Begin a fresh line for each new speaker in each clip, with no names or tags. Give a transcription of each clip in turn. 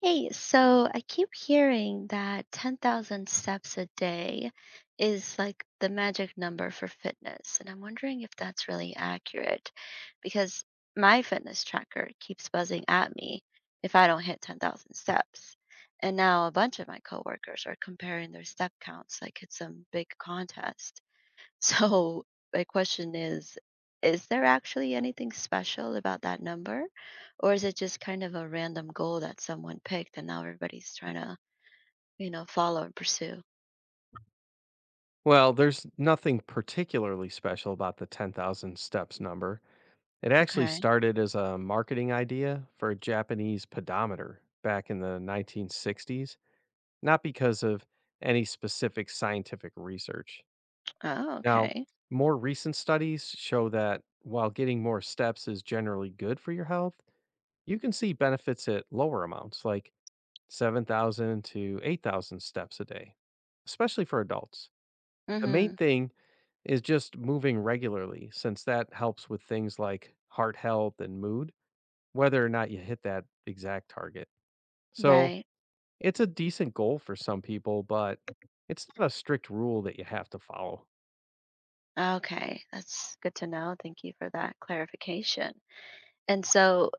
Hey, so I keep hearing that 10,000 steps a day is like the magic number for fitness, and I'm wondering if that's really accurate because my fitness tracker keeps buzzing at me if I don't hit 10,000 steps. And now a bunch of my coworkers are comparing their step counts like it's some big contest. So my question is there actually anything special about that number? Or is it just kind of a random goal that someone picked and now everybody's trying to, follow and pursue?
Well, there's nothing particularly special about the 10,000 steps number. It actually
Okay.
started as a marketing idea for a Japanese pedometer back in the 1960s, not because of any specific scientific research.
Oh,
Now,
okay.
more recent studies show that while getting more steps is generally good for your health, you can see benefits at lower amounts, like 7,000 to 8,000 steps a day, especially for adults. The main
Mm-hmm.
thing is just moving regularly since that helps with things like heart health and mood, whether or not you hit that exact target. So
Right.
it's a decent goal for some people, but it's not a strict rule that you have to follow.
Okay. That's good to know. Thank you for that clarification. And so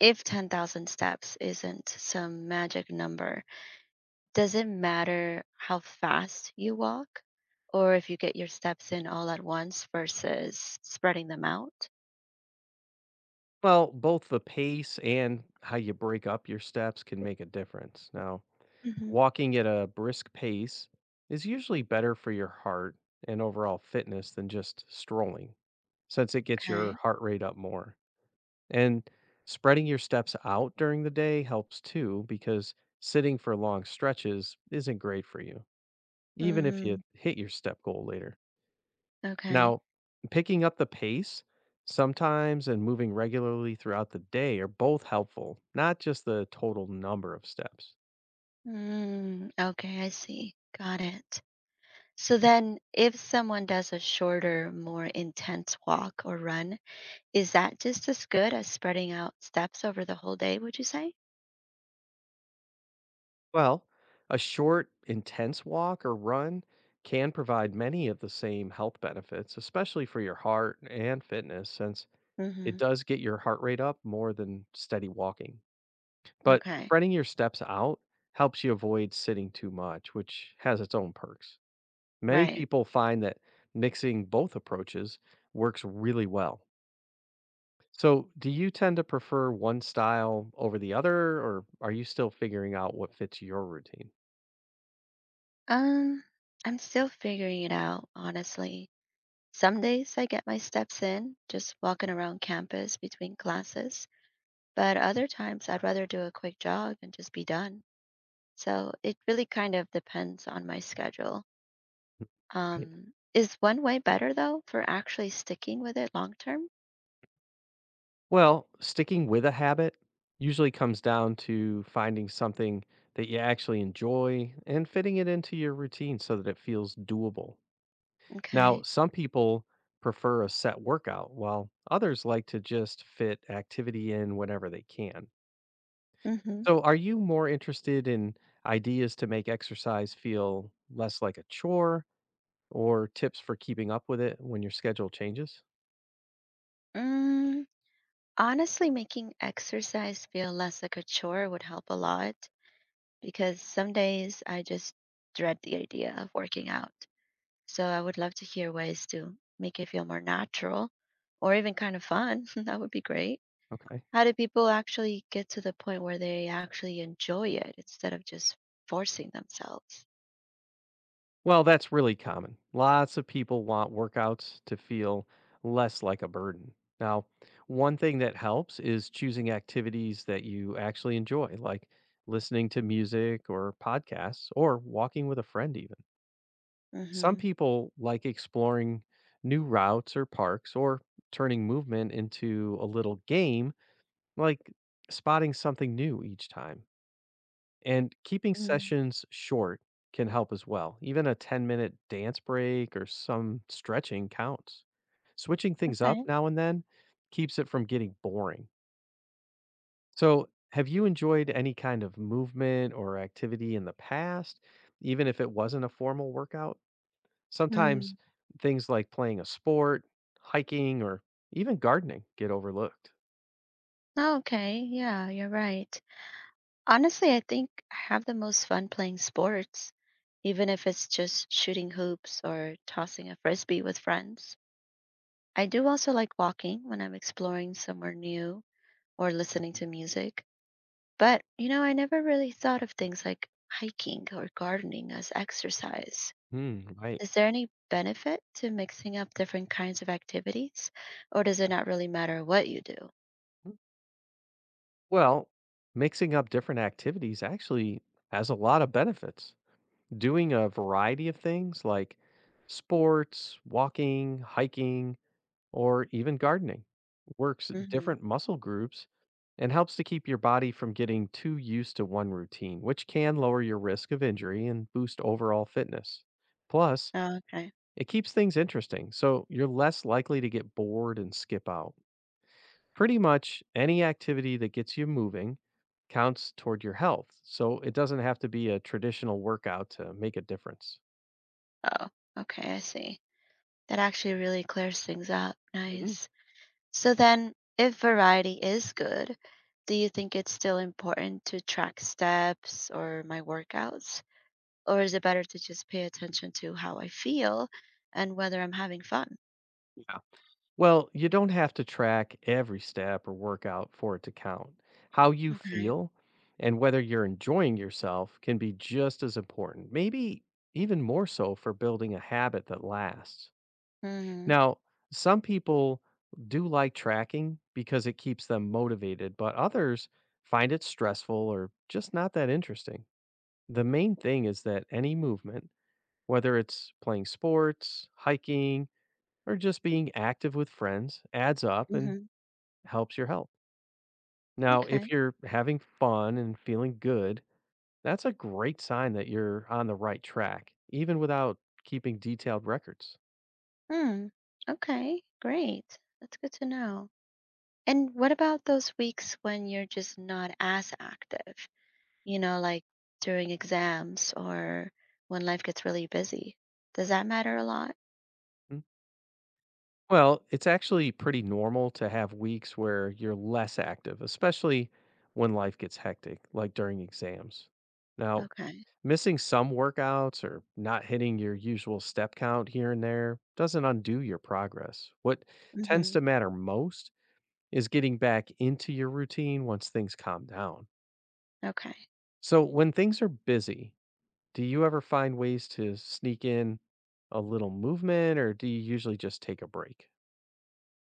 if 10,000 steps isn't some magic number, doesn't matter how fast you walk or if you get your steps in all at once versus spreading them out.
Well, both the pace and how you break up your steps can make a difference. Now,
Hmm.
walking at a brisk pace is usually better for your heart and overall fitness than just strolling, since it gets your
Okay.
heart rate up more. And spreading your steps out during the day helps too, because sitting for long stretches isn't great for you, even if you
Hmm.
hit your step goal later.
Okay.
Now, picking up the pace sometimes and moving regularly throughout the day are both helpful, not just the total number of steps.
Mm, okay, I see. Got it. So then, if someone does a shorter, more intense walk or run, is that just as good as spreading out steps over the whole day, would you say?
Well, a short, intense walk or run can provide many of the same health benefits, especially for your heart and fitness, since it
Mm-hmm.
does get your heart rate up more than steady walking. But
Okay.
spreading your steps out helps you avoid sitting too much, which has its own perks. Many
Right.
people find that mixing both approaches works really well. So, do you tend to prefer one style over the other, or are you still figuring out what fits your routine?
Um, I'm still figuring it out, honestly. Some days I get my steps in, just walking around campus between classes, but other times I'd rather do a quick jog and just be done. So it really kind of depends on my schedule. Is one way better though for actually sticking with it long term?
Well, sticking with a habit usually comes down to finding something that you actually enjoy and fitting it into your routine so that it feels doable. Now,
Okay.
some people prefer a set workout, while others like to just fit activity in whenever they can.
Mm-hmm.
So, are you more interested in ideas to make exercise feel less like a chore or tips for keeping up with it when your schedule changes?
Mm, honestly, making exercise feel less like a chore would help a lot because some days I just dread the idea of working out. So I would love to hear ways to make it feel more natural or even kind of fun. That would be great.
Okay.
How do people actually get to the point where they actually enjoy it instead of just forcing themselves?
Well, that's really common. Lots of people want workouts to feel less like a burden. Now, one thing that helps is choosing activities that you actually enjoy, like listening to music or podcasts or walking with a friend, even. Some
Mm-hmm.
people like exploring new routes or parks or turning movement into a little game, like spotting something new each time. And keeping
Mm,
sessions short can help as well. Even a 10-minute minute dance break or some stretching counts. Switching things up
okay.
now and then keeps it from getting boring. So, have you enjoyed any kind of movement or activity in the past, even if it wasn't a formal workout? Sometimes
Mm.
things like playing a sport, hiking, or even gardening get overlooked.
Okay. Yeah, you're right. Honestly, I think I have the most fun playing sports, even if it's just shooting hoops or tossing a frisbee with friends. I do also like walking when I'm exploring somewhere new or listening to music. But, you know, I never really thought of things like hiking or gardening as exercise.
Hmm, right.
Is there any benefit to mixing up different kinds of activities, or does it not really matter what you do?
Well, mixing up different activities actually has a lot of benefits. Doing a variety of things like sports, walking, hiking, or even gardening works
Mm-hmm.
different muscle groups and helps to keep your body from getting too used to one routine, which can lower your risk of injury and boost overall fitness. Plus,
Oh, okay.
it keeps things interesting, so you're less likely to get bored and skip out. Pretty much any activity that gets you moving counts toward your health, so it doesn't have to be a traditional workout to make a difference.
Oh, okay, I see. That actually really clears things up.
Mhm.
Nice. So then, if variety is good, do you think it's still important to track steps or my workouts? Or is it better to just pay attention to how I feel and whether I'm having fun?
Yeah. Well, you don't have to track every step or workout for it to count. How you
Okay.
feel and whether you're enjoying yourself can be just as important, maybe even more so for building a habit that lasts.
Hmm.
Now, some people do like tracking because it keeps them motivated, but others find it stressful or just not that interesting. The main thing is that any movement, whether it's playing sports, hiking, or just being active with friends adds up and
Hmm.
helps your health. Now, if
Okay.
you're having fun and feeling good, that's a great sign that you're on the right track, even without keeping detailed records.
Mm. Okay. Great. That's good to know. And what about those weeks when you're just not as active? You know, like during exams or when life gets really busy. Does that matter a lot?
Well, it's actually pretty normal to have weeks where you're less active, especially when life gets hectic, like during exams. Now,
Okay.
missing some workouts or not hitting your usual step count here and there doesn't undo your progress. What tends
Hmm.
to matter most is getting back into your routine once things calm down.
Okay.
So, when things are busy, do you ever find ways to sneak in a little movement or do you usually just take a break?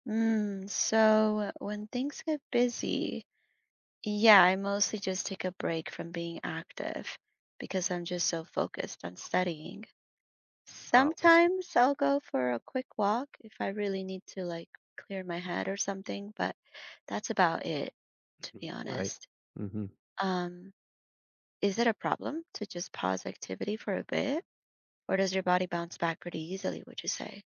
Mm, so when things get busy, yeah, I mostly just take a break from being active because I'm just so focused on studying.
Uh,
Sometimes I'll go for a quick walk if I really need to, like, clear my head or something, but that's about it, to
Mm.
be
Right.
honest.
hmm
Um, is it a problem to just pause activity for a bit, or does your body bounce back pretty easily, would you say?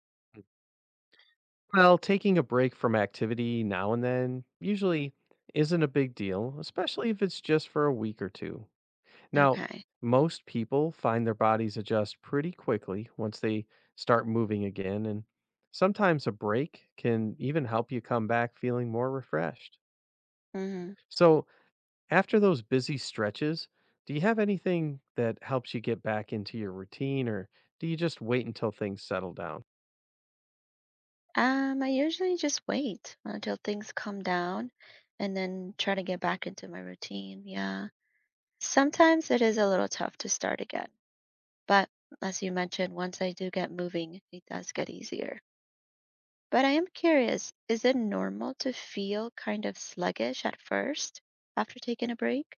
Well, taking a break from activity now and then usually isn't a big deal, especially if it's just for a week or two. Now,
Okay.
most people find their bodies adjust pretty quickly once they start moving again, and sometimes a break can even help you come back feeling more refreshed.
Hmm.
So, after those busy stretches, do you have anything that helps you get back into your routine, or do you just wait until things settle down?
I usually just wait until things calm down and then try to get back into my routine. Yeah. Sometimes it is a little tough to start again, but as you mentioned, once I do get moving, it does get easier. But I am curious, is it normal to feel kind of sluggish at first after taking a break?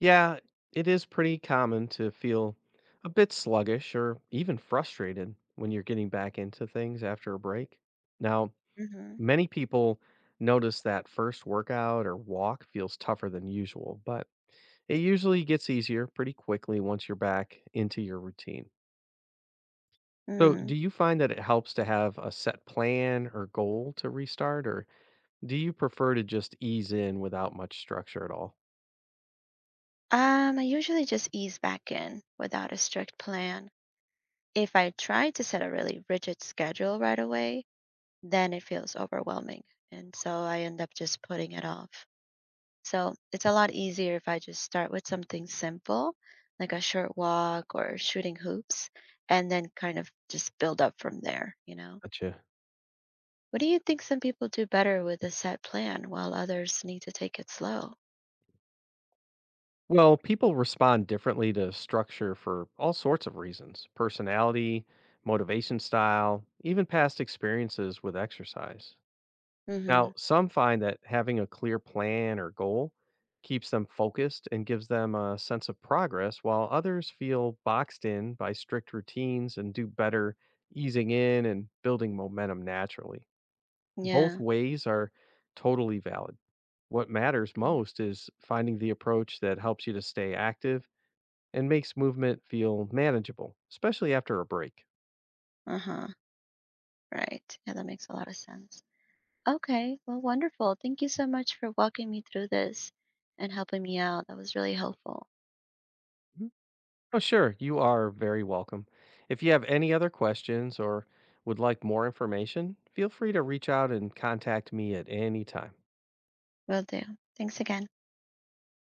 Yeah, it is pretty common to feel a bit sluggish or even frustrated when you're getting back into things after a break. Now,
Mm-hmm.
many people notice that first workout or walk feels tougher than usual, but it usually gets easier pretty quickly once you're back into your routine. So,
Mm.
do you find that it helps to have a set plan or goal to restart, or do you prefer to just ease in without much structure at all?
I usually just ease back in without a strict plan. If I try to set a really rigid schedule right away, then it feels overwhelming. And so I end up just putting it off. So it's a lot easier if I just start with something simple, like a short walk or shooting hoops, and then kind of just build up from there, you know?
Gotcha.
What do you think some people do better with a set plan while others need to take it slow?
Well, people respond differently to structure for all sorts of reasons personality, motivation style, even past experiences with exercise. Now,
Mm-hmm.
some find that having a clear plan or goal keeps them focused and gives them a sense of progress, while others feel boxed in by strict routines and do better easing in and building momentum naturally. Both
Yeah.
ways are totally valid what matters most is finding the approach that helps you to stay active and makes movement feel manageable, especially after a break.
Uh-huh. Right. Yeah, that makes a lot of sense. Okay. Well, wonderful. Thank you so much for walking me through this and helping me out. That was really helpful.
Mhm. Oh, sure. You are very welcome. If you have any other questions or would like more information, feel free to reach out and contact me at any time.
Will do. Thanks again.